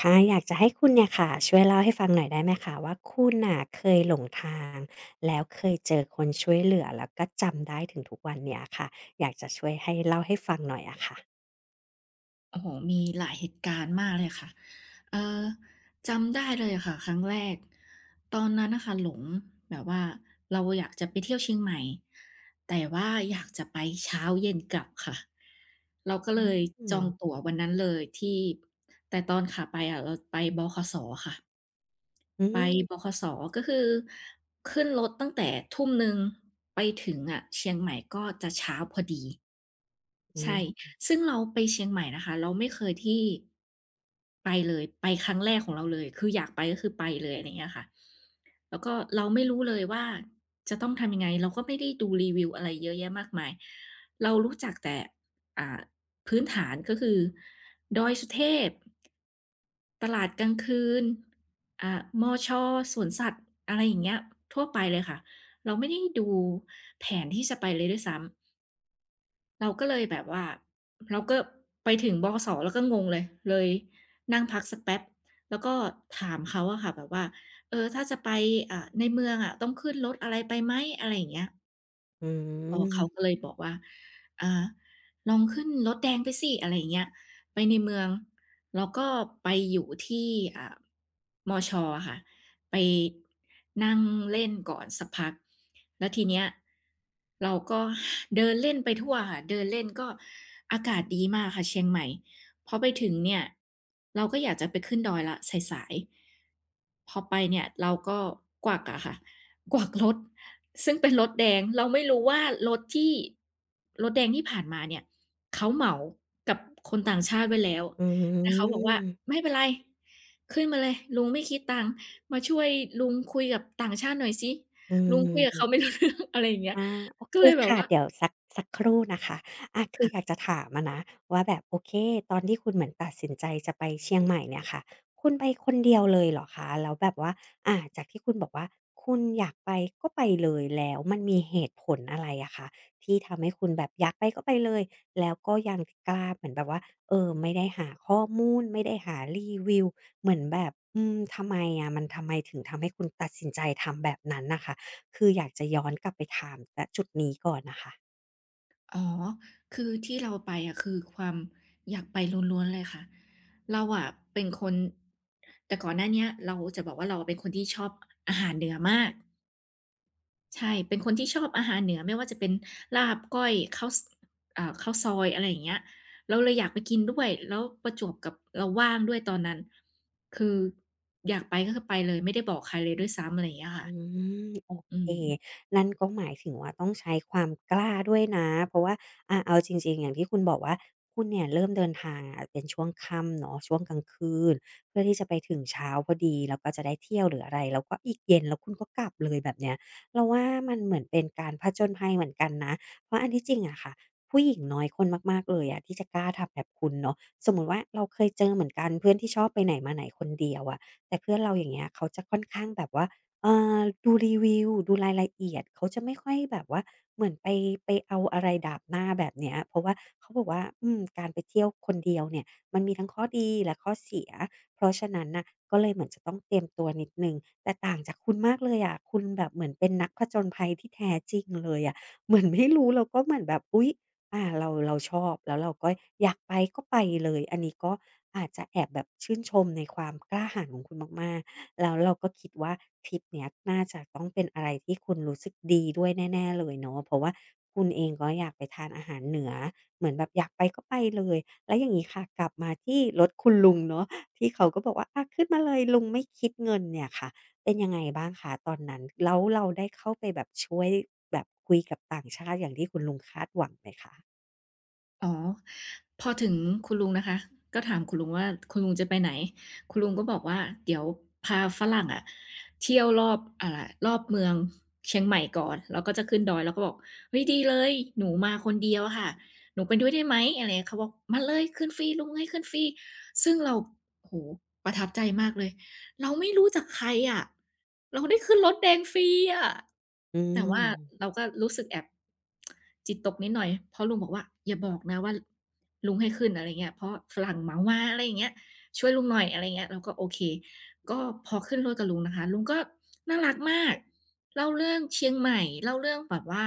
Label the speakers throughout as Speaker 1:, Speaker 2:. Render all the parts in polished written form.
Speaker 1: ค่ะอยากจะให้คุณเนี่ยค่ะช่วยเล่าให้ฟังหน่อยได้ไหมคะว่าคุณน่ะเคยหลงทางแล้วเคยเจอคนช่วยเหลือแล้วก็จำได้ถึงทุกวันเนี้ยค่ะอยากจะช่วยให้เล่าให้ฟังหน่อยอะค่ะ
Speaker 2: โอ้โหมีหลายเหตุการณ์มากเลยค่ะเอ่อจำได้เลยค่ะครั้งแรก ตอนนั้นนะคะหลงแบบว่าเราอยากจะไปเที่ยวเชียงใหม่แต่ว่าอยากจะไปเช้าเย็นกลับค่ะเราก็
Speaker 1: อ
Speaker 2: เลย
Speaker 1: ื
Speaker 2: จอง
Speaker 1: ม
Speaker 2: ตั๋ววันนั้นเลยที่แต่ตอนขาไปอะเราไปบขสค่ะ
Speaker 1: อื
Speaker 2: ไปบข
Speaker 1: ม
Speaker 2: สก็คือขึ้นรถตั้งแต่ทุ่มหนึงไปถึงอะเชียงใหม่ก็จะเช้าพอดี
Speaker 1: อื
Speaker 2: ใช่
Speaker 1: อ
Speaker 2: ซึ่งเราไปเชียงใหม่นะคะ เราไม่เคยที่ไปเลย ไปครั้งแรกของเราเลย คืออยากไปก็คือไปเลยอะไรอย่างเงี้ยค่ะแล้วก็เราไม่รู้เลยว่าจะต้องทำยังไงเราก็ไม่ได้ดูรีวิวอะไรเยอะแยะมากมายเรารู้จักแต่อ่าพื้นฐานก็คือดอยสุเทพตลาดกลางคืนอ่ามชสวนสัตว์อะไรอย่างเงี้ยทั่วไปเลยค่ะ เราไม่ได้ดูแผนที่จะไปเลยด้วยซ้ำ เราก็เลยแบบว่าเราก็ไปถึงบขสเราก็งงเลยนั่งพักสักแป๊บแล้วก็ถามเขาอะค่ะแบบว่าเออถ้าจะไปในเมืองอะต้องขึ้นรถอะไรไปไหมอะไรอย่างเงี้ย
Speaker 1: อื
Speaker 2: เออเขาก็เล
Speaker 1: ม
Speaker 2: ยบอกว่าอ่าลองขึ้นรถแดงไปสิอะไรอย่างเงี้ยไปในเมืองแล้วก็ไปอยู่ที่อ่ามชอะค่ะไปนั่งเล่นก่อนสักพักแล้วทีเนี้ยเราก็เดินเล่นไปทั่วค่ะเดินเล่นก็อากาศดีมากค่ะเชียงใหม่พอไปถึงเนี่ยเราก็อยากจะไปขึ้นดอยแล้วสายๆพอไปเนี่ยเราก็กวักอะค่ะกวักรถ ซึ่งเป็นรถแดงเราไม่รู้ว่ารถที่รถแดงที่ผ่านมาเนี่ยเขาเหมากับคนต่างชาติไว้แล้ว
Speaker 1: อื
Speaker 2: แต่เขาบอกว่า
Speaker 1: ม
Speaker 2: ไม่เป็นไรขึ้นมาเลยลุงไม่คิดตังค์มาช่วยลุงคุยกับต่างชาติหน่อยสิ
Speaker 1: อื
Speaker 2: ลุงคุยกับเขา
Speaker 1: ม
Speaker 2: ไม่รู้เรื่องอะไรอย่างเงี้ย
Speaker 1: อาโอ
Speaker 2: ก็
Speaker 1: เค
Speaker 2: เลยแบบ
Speaker 1: ค่ะ
Speaker 2: ว่า
Speaker 1: เดี๋ยวสักครู่นะคะอาคืออยาก
Speaker 2: ค่ะ
Speaker 1: จะถามอะนะว่าแบบโอเคตอนที่คุณเหมือนตัดสินใจจะไปเชียงใหม่เนี่ยค่ะคุณไปคนเดียวเลยเหรอคะแล้วแบบว่าอาจากที่คุณบอกว่าคุณอยากไปก็ไปเลยแล้วมันมีเหตุผลอะไรอะคะที่ทำให้คุณแบบอยากไปก็ไปเลยแล้วก็ยังกล้าเหมือนแบบว่าเออไม่ได้หาข้อมูลไม่ได้หารีวิวเหมือนแบบอืมทำไมอะมันทำไมถึงทำให้คุณตัดสินใจทำแบบนั้นน่ะค่ะ คืออยากจะย้อนกลับไปถามณจุดนี้ก่อนน่ะค่ะ
Speaker 2: อ๋อคือที่เราไปอะคือความอยากไปล้วนๆเลยค่ะเราอะเป็นคนแต่ก่อนหน้าเนี้ยเราจะบอกว่าเราเป็นคนที่ชอบอาหารเหนือมาก ใช่ เป็นคนที่ชอบอาหารเหนือไม่ว่าจะเป็นลาบก้อยข้าวสข้าวซอยอะไรอย่างเงี้ยเราเลยอยากไปกินด้วย แล้วประจวบกับเราว่างด้วยตอนนั้น คืออยากไปก็คือไปเลยไม่ได้บอกใครเลยด้วยซ้ำอะไรอย่างเงี้ยค่ะ
Speaker 1: อืมโอ
Speaker 2: อื
Speaker 1: เค
Speaker 2: ม
Speaker 1: นั่นก็หมายถึงว่าต้องใช้ความกล้าด้วยนะเพราะว่าอาเอาจริงๆอย่างที่คุณบอกว่าคุณเนี่ยเริ่มเดินทางอะเป็นช่วงค่ำเนาะช่วงกลางคืนเพื่อที่จะไปถึงเช้าพอดีแล้วก็จะได้เที่ยวหรืออะไรแล้วก็อีกเย็นแล้วคุณก็กลับเลยแบบเนี้ยเราว่ามันเหมือนเป็นการผจญภัยเหมือนกันนะเพราะอันที่จริงอะค่ะผู้หญิงน้อยคนมากๆเลยอะที่จะกล้าทำแบบคุณเนาะสมมุติว่าเราเคยเจอเหมือนกันเพื่อนที่ชอบไปไหนมาไหนคนเดียวอะแต่เพื่อนเราอย่างเงี้ยเขาจะค่อนข้างแบบว่า เอ่ดูรีวิวดูรายละเอียดเขาจะไม่ค่อยแบบว่าเหมือนไปเอาอะไรดาบหน้าแบบเนี้ยเพราะว่าเขาบอกว่าอืมการไปเที่ยวคนเดียวเนี่ยมันมีทั้งข้อดีและข้อเสียเพราะฉะนั้นน่ะก็เลยเหมือนจะต้องเตรียมตัวนิดหนึ่งแต่ต่างจากคุณมากเลยอะคุณแบบเหมือนเป็นนักผจญภัยที่แท้จริงเลยอะเหมือนไม่รู้เราก็เหมือนแบบอุ๊ยอาเราชอบแล้วเราก็อยากไปก็ไปเลยอันนี้ก็อาจจะแอบแบบชื่นชมในความกล้าหาญของคุณมากๆ แล้วเราก็คิดว่าทริปเนี้ยน่าจะต้องเป็นอะไรที่คุณรู้สึกดีด้วยแน่ๆเลยเนาะเพราะว่าคุณเองก็อยากไปทานอาหารเหนือเหมือนแบบอยากไปก็ไปเลยแล้วอย่างงี้ค่ะกลับมาที่รถคุณลุงเนาะที่เขาก็บอกว่าอาขึ้นมาเลยลุงไม่คิดเงินเนี่ยค่ะเป็นยังไงบ้างคะตอนนั้นแล้วเราได้เข้าไปแบบช่วยแบบคุยกับต่างชาติอย่างที่คุณลุงคาดหวังไหมคะ
Speaker 2: อ๋อ พอถึงคุณลุงนะคะ ก็ถามคุณลุงว่าคุณลุงจะไปไหน คุณลุงก็บอกว่าเดี๋ยวพาฝรั่งอะเที่ยวรอบรอบเมืองเชียงใหม่ก่อน แล้วก็จะขึ้นดอยเราก็บอกเฮ้ยดีเลยหนูมาคนเดียวอะค่ะหนูไปด้วยได้ไหมอะไรเงี้ยเขาบอกมาเลยขึ้นฟรีลุงให้ขึ้นฟรีซึ่งเราโอ้โฮประทับใจมากเลยเราไม่รู้จักใครอะเราได้ขึ้นรถแดงฟรีอะ
Speaker 1: อื
Speaker 2: แต่
Speaker 1: ม
Speaker 2: ว่าเราก็รู้สึกแอบจิตตกนิดหน่อยเพราะลุงบอกว่าอย่าบอกนะว่าลุงให้ขึ้นอะไรเงี้ยเพราะฝรั่งเหมามาอะไรอย่างเงี้ยช่วยลุงหน่อยอะไรเงี้ยเราก็โอเคก็พอขึ้นรถกับลุงนะคะลุงก็น่ารักมากเล่าเรื่องเชียงใหม่เล่าเรื่องแบบว่า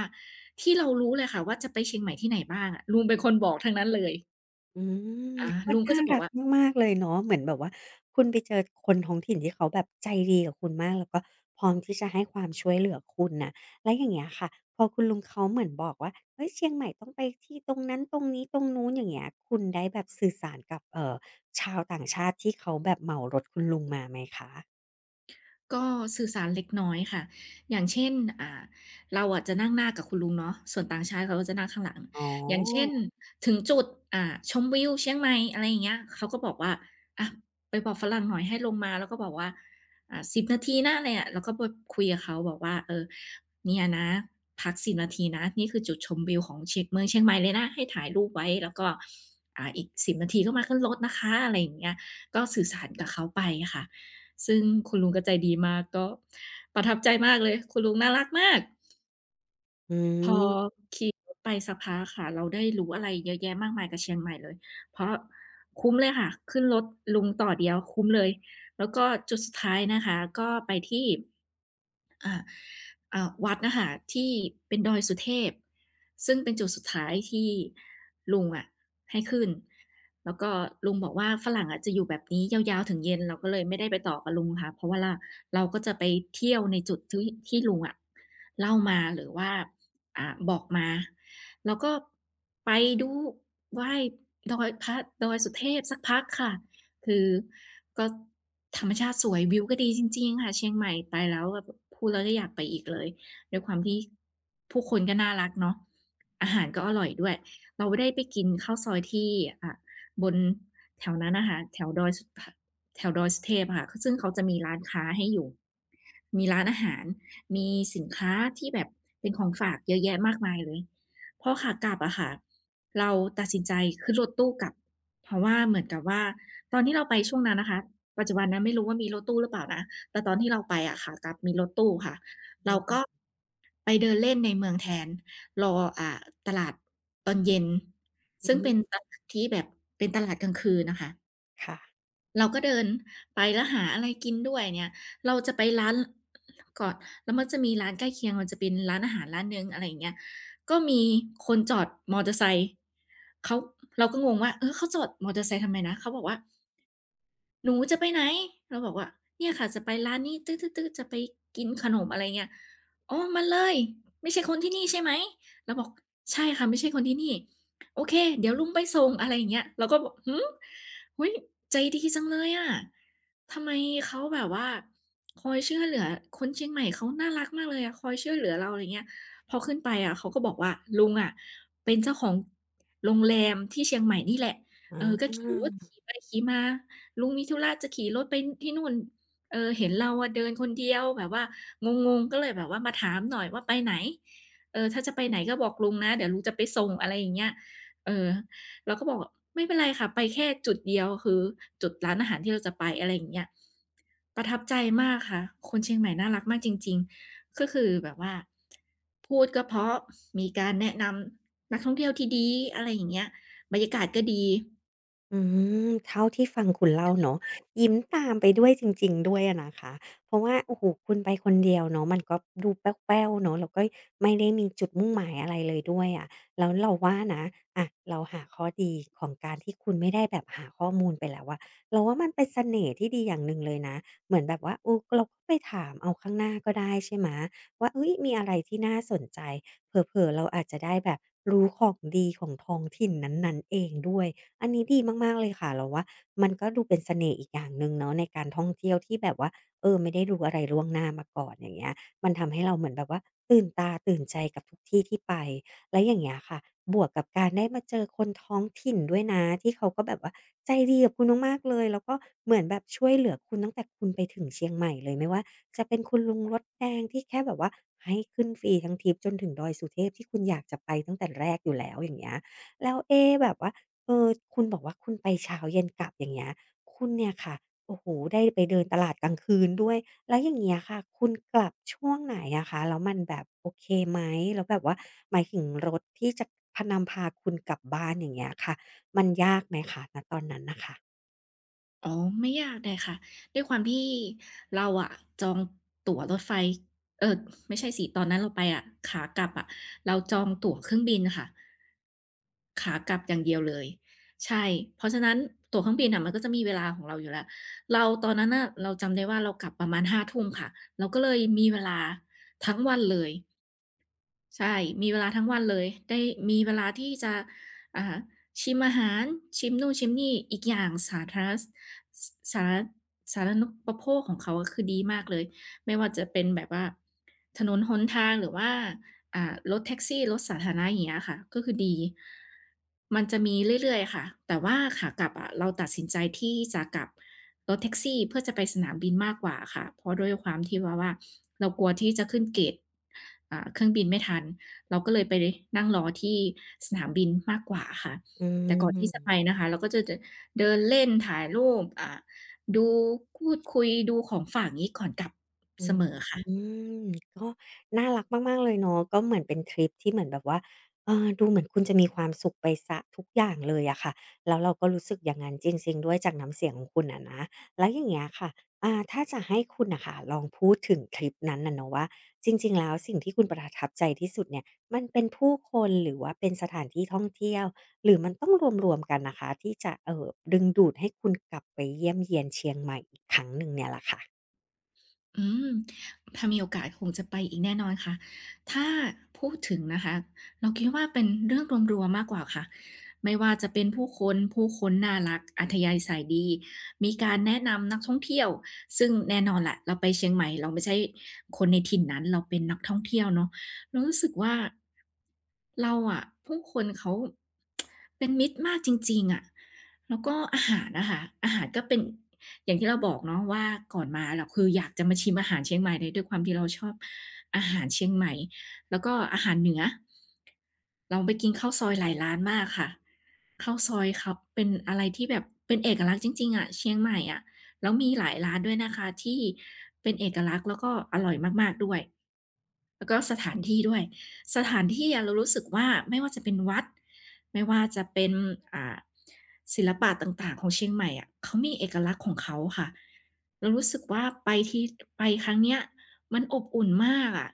Speaker 2: ที่เรารู้เลยค่ะว่าจะไปเชียงใหม่ที่ไหนบ้างอะลุงเป็นคนบอกทั้งนั้นเลย
Speaker 1: อืม
Speaker 2: อา
Speaker 1: ก็
Speaker 2: ลุงก็
Speaker 1: น่า
Speaker 2: จะบอก
Speaker 1: รัก
Speaker 2: ว่า
Speaker 1: มากๆเลยเนาะเหมือนแบบว่าคุณไปเจอคนท้องถิ่นที่เขาแบบใจดีกับคุณมากแล้วก็พร้อมที่จะให้ความช่วยเหลือคุณน่ะแล้วอย่างเงี้ยค่ะพอคุณลุงเขาเหมือนบอกว่าเฮ้ยเชียงใหม่ต้องไปที่ตรงนั้นตรงนี้ตรงนู้นอย่างเงี้ยคุณได้แบบสื่อสารกับชาวต่างชาติที่เขาแบบเหมารถคุณลุงมาไหมคะ
Speaker 2: ก็สื่อสารเล็กน้อยค่ะอย่างเช่นอ่าเราอะจะนั่งหน้ากับคุณลุงเนาะส่วนต่างชาติเขาก็จะนั่งข้างหลัง
Speaker 1: อ๋อ
Speaker 2: อย่างเช่นถึงจุดอ่าชมวิวเชียงใหม่อะไรอย่างเงี้ยเขาก็บอกว่าอะไปบอกฝรั่งหน่อยให้ลงมา แล้วก็บอกว่า"10 นาทีนะอะไรอะเราก็ไปคุยกับเขาบอกว่าเออเนี่ยนะพัก10นาทีนะนี่คือจุดชมวิวของเมืองเชียงใหม่เลยนะให้ถ่ายรูปไว้แล้วก็อีกสิบนาทีก็มาขึ้นรถนะคะอะไรอย่างเงี้ยก็สื่อสารกับเขาไปค่ะ ซึ่งคุณลุงก็ใจดีมากก็ประทับใจมากเลยคุณลุงน่ารักมาก
Speaker 1: อื
Speaker 2: พอ
Speaker 1: ม
Speaker 2: ขี่รถไปสักพักค่ะเราได้รู้อะไรเยอะแยะมากมายกับเชียงใหม่เลยเพราะคุ้มเลยค่ะขึ้นรถลุงต่อเดียวคุ้มเลยแล้วก็จุดสุดท้ายนะคะก็ไปที่อ่า วัดนะคะที่เป็นดอยสุเทพซึ่งเป็นจุดสุดท้ายที่ลุงอะให้ขึ้นแล้วก็ลุงบอกว่าฝรั่งอะจะอยู่แบบนี้ยาวๆถึงเย็นเราก็เลยไม่ได้ไปต่อกับลุงค่ะเพราะว่าล่าเราก็จะไปเที่ยวในจุดที่ลุงอะเล่ามาหรือว่าบอกมาแล้วก็ไปดูไหว้ดอยพระดอยสุเทพสักพักค่ะ คือก็ธรรมชาติสวยวิวก็ดีจริงๆค่ะเชียงใหม่ไปแล้วแบบพูดแล้วก็อยากไปอีกเลยด้วยความที่ผู้คนก็น่ารักเนาะอาหารก็อร่อยด้วยเราได้ไปกินข้าวซอยที่อ่าบนแถวนั้นน่ะค่ะแถวดอยสุเทพอะค่ะซึ่งเขาจะมีร้านค้าให้อยู่มีร้านอาหารมีสินค้าที่แบบเป็นของฝากเยอะแยะมากมายเลยพอขากลับอะค่ะ เราตัดสินใจขึ้นรถตู้กลับเพราะว่าเหมือนกับว่าตอนที่เราไปช่วงนั้นนะคะปัจจุบันนะไม่รู้ว่ามีรถตู้หรือเปล่านะแต่ตอนที่เราไปอะขากลับมีรถตู้ค่ะ
Speaker 1: อื
Speaker 2: เรา
Speaker 1: อ
Speaker 2: ก็
Speaker 1: ฮ
Speaker 2: ไปเดินเล่นในเมืองแทนรอตลาดตอนเย็น
Speaker 1: ึ
Speaker 2: ซึ่งเป็
Speaker 1: ๆ
Speaker 2: นตลาดที่แบบเป็นตลาดกลางคืนน่ะค่ะ
Speaker 1: ค่ะ
Speaker 2: เราก็เดินไปแล้วหาอะไรกินด้วยเนี่ยเราจะไปร้านก่อนแล้วมันจะมีร้านใกล้เคียงมันจะเป็นร้านอาหารร้านหนึ่งอะไรอย่างเงี้ยก็มีคนจอดมอเตอร์ไซค์เขาเราก็งงว่าเออเขาจอดมอเตอร์ไซค์ทำไมนะเขาบอกว่า หนูจะไปไหนเราบอกว่าเนี่ยค่ะจะไปร้านนี้ตื้อๆๆจะไปกินขนมอะไรเงี้ยอ๋อมาเลยไม่ใช่คนที่นี่ใช่ไหม เราบอก ใช่ค่ะ ไม่ใช่คนที่นี่โอเคเดี๋ยวลุงไปส่งอะไรอย่างเงี้ยเราก็แบบหือเฮ้ยใจดีจังเลยอะทำไมเขาแบบว่าคอยช่วยเหลือ คนเชียงใหม่เขาน่ารักมากเลยอะคอยช่วยเหลือเราอะไรเงี้ยพอขึ้นไปอะเขาก็บอกว่าลุงอะเป็นเจ้าของโรงแรมที่เชียงใหม่นี่แหละ
Speaker 1: อ
Speaker 2: เออก็ขี่รถ
Speaker 1: า
Speaker 2: ขี่ไปขี่มา ลุงมีธุระจะขี่รถไปที่นู่นเออเห็นเราอะเดินคนเดียวแบบว่างงๆก็เลยแบบว่ามาถามหน่อยว่าไปไหนเออถ้าจะไปไหนก็บอกลุงนะเดี๋ยวลุงจะไปส่งอะไรอย่างเงี้ยเออเราก็บอกไม่เป็นไรค่ะไปแค่จุดเดียวคือจุดร้านอาหารที่เราจะไปอะไรอย่างเงี้ยประทับใจมากค่ะคนเชียงใหม่น่ารักมากจริงๆ ก็คือแบบว่าพูดก็เพราะ มีการแนะนำนักท่องเที่ยวที่ดีอะไรอย่างเงี้ยบรรยากาศก็ดี
Speaker 1: อืมเท่าที่ฟังคุณเล่าเนาะยิ้มตามไปด้วยจริงๆด้วยอะนะคะเพราะว่าโอ้โฮคุณไปคนเดียวเนาะมันก็ดูแป้วๆเนาะแล้วก็ไม่ได้มีจุดมุ่งหมายอะไรเลยด้วยอะแล้วเราว่านะอะเราหาข้อดีของการที่คุณไม่ได้แบบหาข้อมูลไปแล้วอะเราว่ามันเป็นเสน่ห์ที่ดีอย่างหนึ่งเลยนะเหมือนแบบว่าเออเราก็ไปถามเอาข้างหน้าก็ได้ใช่ไหมว่าเฮ้ยมีอะไรที่น่าสนใจเผลอๆเราอาจจะได้แบบรู้ของดีของท้องถิ่นนั้นๆเองด้วย อันนี้ดีมากๆเลยค่ะเราว่ามันก็ดูเป็นเสน่ห์อีกอย่างหนึ่งเนาะในการท่องเที่ยวที่แบบว่าเออไม่ได้รู้อะไรล่วงหน้ามาก่อนอย่างเงี้ยมันทำให้เราเหมือนแบบว่าตื่นตาตื่นใจกับทุกที่ที่ไปแล้วอย่างเงี้ยค่ะบวกกับการได้มาเจอคนท้องถิ่นด้วยนะที่เขาก็แบบว่าใจดีกับคุณมากๆเลยแล้วก็เหมือนแบบช่วยเหลือคุณตั้งแต่คุณไปถึงเชียงใหม่เลยไม่ว่าจะเป็นคุณลุงรถแดงที่แค่แบบว่าให้ขึ้นฟรีทั้งทริปจนถึงดอยสุเทพที่คุณอยากจะไปตั้งแต่แรกอยู่แล้วอย่างเงี้ยแล้วเอ๊แบบว่า เออคุณบอกว่าคุณไปเช้าเย็นกลับอย่างเงี้ยคุณเนี่ยค่ะโอ้โฮได้ไปเดินตลาดกลางคืนด้วยแล้วอย่างเงี้ยค่ะ คุณกลับช่วงไหนอะคะแล้วมันแบบโอเคไหมแล้วแบบว่าหมายถึงรถที่จะพานำพาคุณกลับบ้านอย่างเงี้ยค่ะมันยากไหมคะณตอนนั้นน่ะค่ะ
Speaker 2: อ๋อไม่ยากเลยค่ะด้วยความที่เราอะจองตั๋วรถไฟเออไม่ใช่สิตอนนั้นเราไปอะขากลับอะเราจองตั๋วเครื่องบินค่ะขากลับอย่างเดียวเลยใช่เพราะฉะนั้นตั๋วเครื่องบินน่ะมันก็จะมีเวลาของเราอยู่แล้วเราตอนนั้นน่ะเราจำได้ว่าเรากลับประมาณ5ทุ่มค่ะเราก็เลยมีเวลาทั้งวันเลย ใช่ มีเวลาทั้งวันเลยได้มีเวลาที่จะอ่าชิมอาหาร ชิมนู่นชิมนี่อีกอย่างสาสาธารณูปโภคของเขาอะคือดีมากเลย ไม่ว่าจะเป็นแบบว่าถนนหนทางหรือว่ารถแท็กซี่รถสาธารณะอย่างเงี้ยค่ะ ก็คือดี มันจะมีเรื่อยๆค่ะ แต่ว่าขากลับอะเราตัดสินใจที่จะกลับ รถแท็กซี่เพื่อจะไปสนามบินมากกว่าค่ะเพราะด้วยความที่ว่าเรากลัวที่จะขึ้นเกตเครื่องบินไม่ทันเราก็เลยไปนั่งรอที่สนามบินมากกว่าค่ะ
Speaker 1: อื
Speaker 2: แต่ก่อนที่จะไป
Speaker 1: ม
Speaker 2: นะคะเราก็จะเดินเล่นถ่ายรูปดูพูดคุยดูของฝากงี้ก่อนกลับ
Speaker 1: อื
Speaker 2: เส
Speaker 1: ม
Speaker 2: มอค่ะ
Speaker 1: อืมก็น่ารักมากๆเลยเนาะก็เหมือนเป็นทริปที่เหมือนแบบว่าเออดูเหมือนคุณจะมีความสุขไปเสียทุกอย่างเลยอะค่ะแล้วเราก็รู้สึกอย่างงั้นจริงๆด้วยจากน้ำเสียงของคุณอะนะ แล้วอย่างเงี้ยค่ะถ้าจะให้คุณน่ะค่ะลองพูดถึงทริปนั้นน่ะเนาะว่าจริงๆแล้วสิ่งที่คุณประทับใจที่สุดเนี่ย มันเป็นผู้คนหรือว่าเป็นสถานที่ท่องเที่ยวหรือมันต้องรวมๆกันนะคะที่จะดึงดูดให้คุณกลับไปเยี่ยมเยียนเชียงใหม่อีกครั้งหนึ่งเนี่ยล่ะค่ะ
Speaker 2: อืมถ้ามีโอกาสคงจะไปอีกแน่นอนค่ะถ้าพูดถึงนะคะเราคิดว่าเป็นเรื่องรวมๆมากกว่าค่ะไม่ว่าจะเป็นผู้คนน่ารักอัธยาศัยดีมีการแนะนำนักท่องเที่ยวซึ่งแน่นอนแหละเราไปเชียงใหม่เราไม่ใช่คนในถิ่นนั้นเราเป็นนักท่องเที่ยวเนาะเรารู้สึกว่าเราอะผู้คนเขาเป็นมิตรมากจริงๆอะ แล้วก็อาหารนะคะอาหารก็เป็นอย่างที่เราบอกเนาะว่าก่อนมาเราคืออยากจะมาชิมอาหารเชียงใหม่เลยด้วยความที่เราชอบอาหารเชียงใหม่แล้วก็อาหารเหนือเราไปกินข้าวซอยหลายร้านมากค่ะข้าวซอยเขาเป็นอะไรที่แบบเป็นเอกลักษณ์จริงๆอะเชียงใหม่อะแล้วมีหลายร้านด้วยนะคะที่เป็นเอกลักษณ์แล้วก็อร่อยมากๆด้วย แล้วก็สถานที่ด้วยสถานที่อะเรารู้สึกว่าไม่ว่าจะเป็นวัดไม่ว่าจะเป็นอ่าศิลปะต่างๆของเชียงใหม่อะเขามีเอกลักษณ์ของเขาค่ะเรารู้สึกว่าไปที่ไปครั้งเนี้ยมันอบอุ่นมากอะ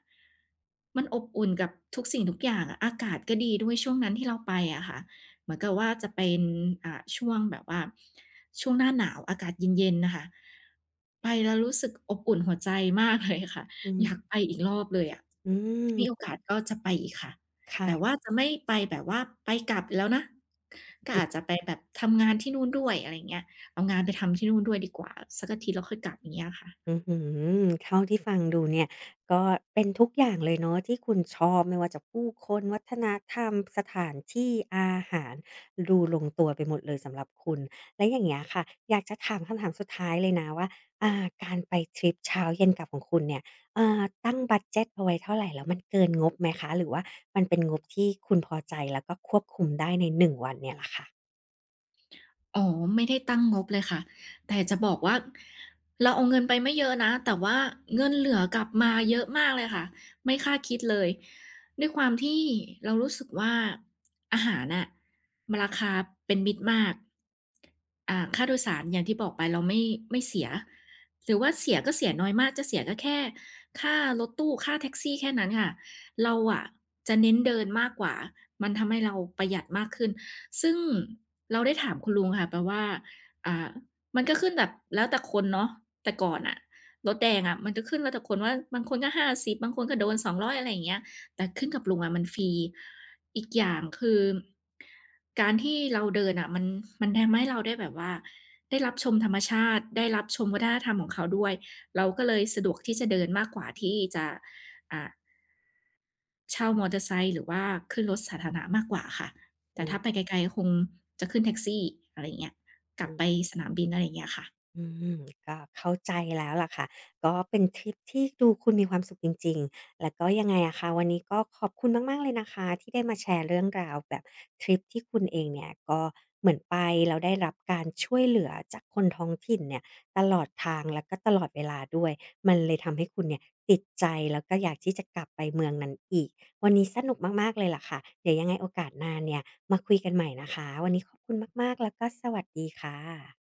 Speaker 2: มันอบอุ่นกับทุกสิ่งทุกอย่างอะอากาศก็ดีด้วยช่วงนั้นที่เราไปอะค่ะเหมือนกับว่าจะเป็นช่วงแบบว่าช่วงหน้าหนาวอากาศเย็นๆน่ะค่ะไปแล้วรู้สึกอบอุ่นหัวใจมากเลยค่ะ
Speaker 1: อื
Speaker 2: อยาก
Speaker 1: ม
Speaker 2: ไปอีกรอบเลยอะ
Speaker 1: อื
Speaker 2: ถ้ามีโอ
Speaker 1: ม
Speaker 2: กาสก็จะไปอีกค่ะ แต่ว่า
Speaker 1: ค่ะ
Speaker 2: จะไม่ไปแบบว่าไปกลับแล้วนะ ก็อาจจะไปแบบทำงานที่นู่นด้วยอะไรอย่างเงี้ยเอางานไปแล้วค่อยกลับอย่างเงี้ยค่ะ
Speaker 1: อือหือเท่าที่ฟังดูเนี่ยก็เป็นทุกอย่างเลยเนาะที่คุณชอบไม่ว่าจะผู้คนวัฒนธรรมสถานที่อาหารดูลงตัวไปหมดเลยสำหรับคุณและอย่างเงี้ยค่ะอยากจะถามคำถามสุดท้ายเลยนะว่าการไปทริปเช้าเย็นกลับของคุณเนี่ยตั้งบัดเจตเอาไว้เท่าไหรแล้วมันเกินงบไหมคะหรือว่ามันเป็นงบที่คุณพอใจแล้วก็ควบคุมได้ในหนึ่งวันเนี่ยล่ะค่ะ
Speaker 2: อ๋อไม่ได้ตั้งงบเลยค่ะแต่จะบอกว่าเราเอาเงินไปไม่เยอะนะแต่ว่าเงินเหลือกลับมาเยอะมากเลยค่ะไม่คาดคิดเลยด้วยความที่เรารู้สึกว่าอาหารน่ะมันราคาเป็นมิตรมากค่าโดยสารอย่างที่บอกไปเราไม่เสียหรือว่าเสียก็เสียน้อยมากจะเสียก็แค่ค่ารถตู้ค่าแท็กซี่แค่นั้นค่ะเราอะจะเน้นเดินมากกว่ามันทำให้เราประหยัดมากขึ้น ซึ่งเราได้ถามคุณลุงค่ะแปลว่าอ่ามันก็ขึ้นแบบแล้วแต่คนเนาะแต่ก่อนน่ะรถแดงอะมันก็ขึ้นแล้วแต่คนว่าบางคนก็50บบางคนก็โดน200องร้อยอะไรอย่างเงี้ยแต่ขึ้นกับลุงอะมันฟรี อีกอย่างคือการที่เราเดินน่ะมันทำให้เราได้แบบว่าได้รับชมธรรมชาติได้รับชมวัฒนธรรมของเขาด้วย เราก็เลยสะดวกที่จะเดินมากกว่าที่จะอ่า เช่ามอเตอร์ไซค์หรือว่าขึ้นรถสาธารณะมากกว่าค่ะแต่ถ้าไป
Speaker 1: อื
Speaker 2: ไกลๆคงจะขึ้นแท็กซี่อะไรอย่างเงี้ยกลับไป
Speaker 1: ม
Speaker 2: สนามบินอะไรอย่างเงี้ยค่ะ
Speaker 1: อืมก็เข้าใจแล้วล่ะค่ะก็เป็นทริปที่ดูคุณมีความสุขจริงๆแล้วก็ยังไงอะคะวันนี้ก็ขอบคุณมากๆเลยนะคะที่ได้มาแชร์เรื่องราวแบบทริปที่คุณเองเนี่ยก็เหมือนไปแล้วได้รับการช่วยเหลือจากคนท้องถิ่นเนี่ยตลอดทางแล้วก็ตลอดเวลาด้วยมันเลยทำให้คุณเนี่ยติดใจแล้วก็อยากที่จะกลับไปเมืองนั้นอีกวันนี้สนุกมากๆเลยล่ะค่ะเดี๋ยวยังไงโอกาสหน้าเนี่ยมาคุยกันใหม่นะคะวันนี้ขอบคุณมากๆแล้วก็สวัสดีค่ะ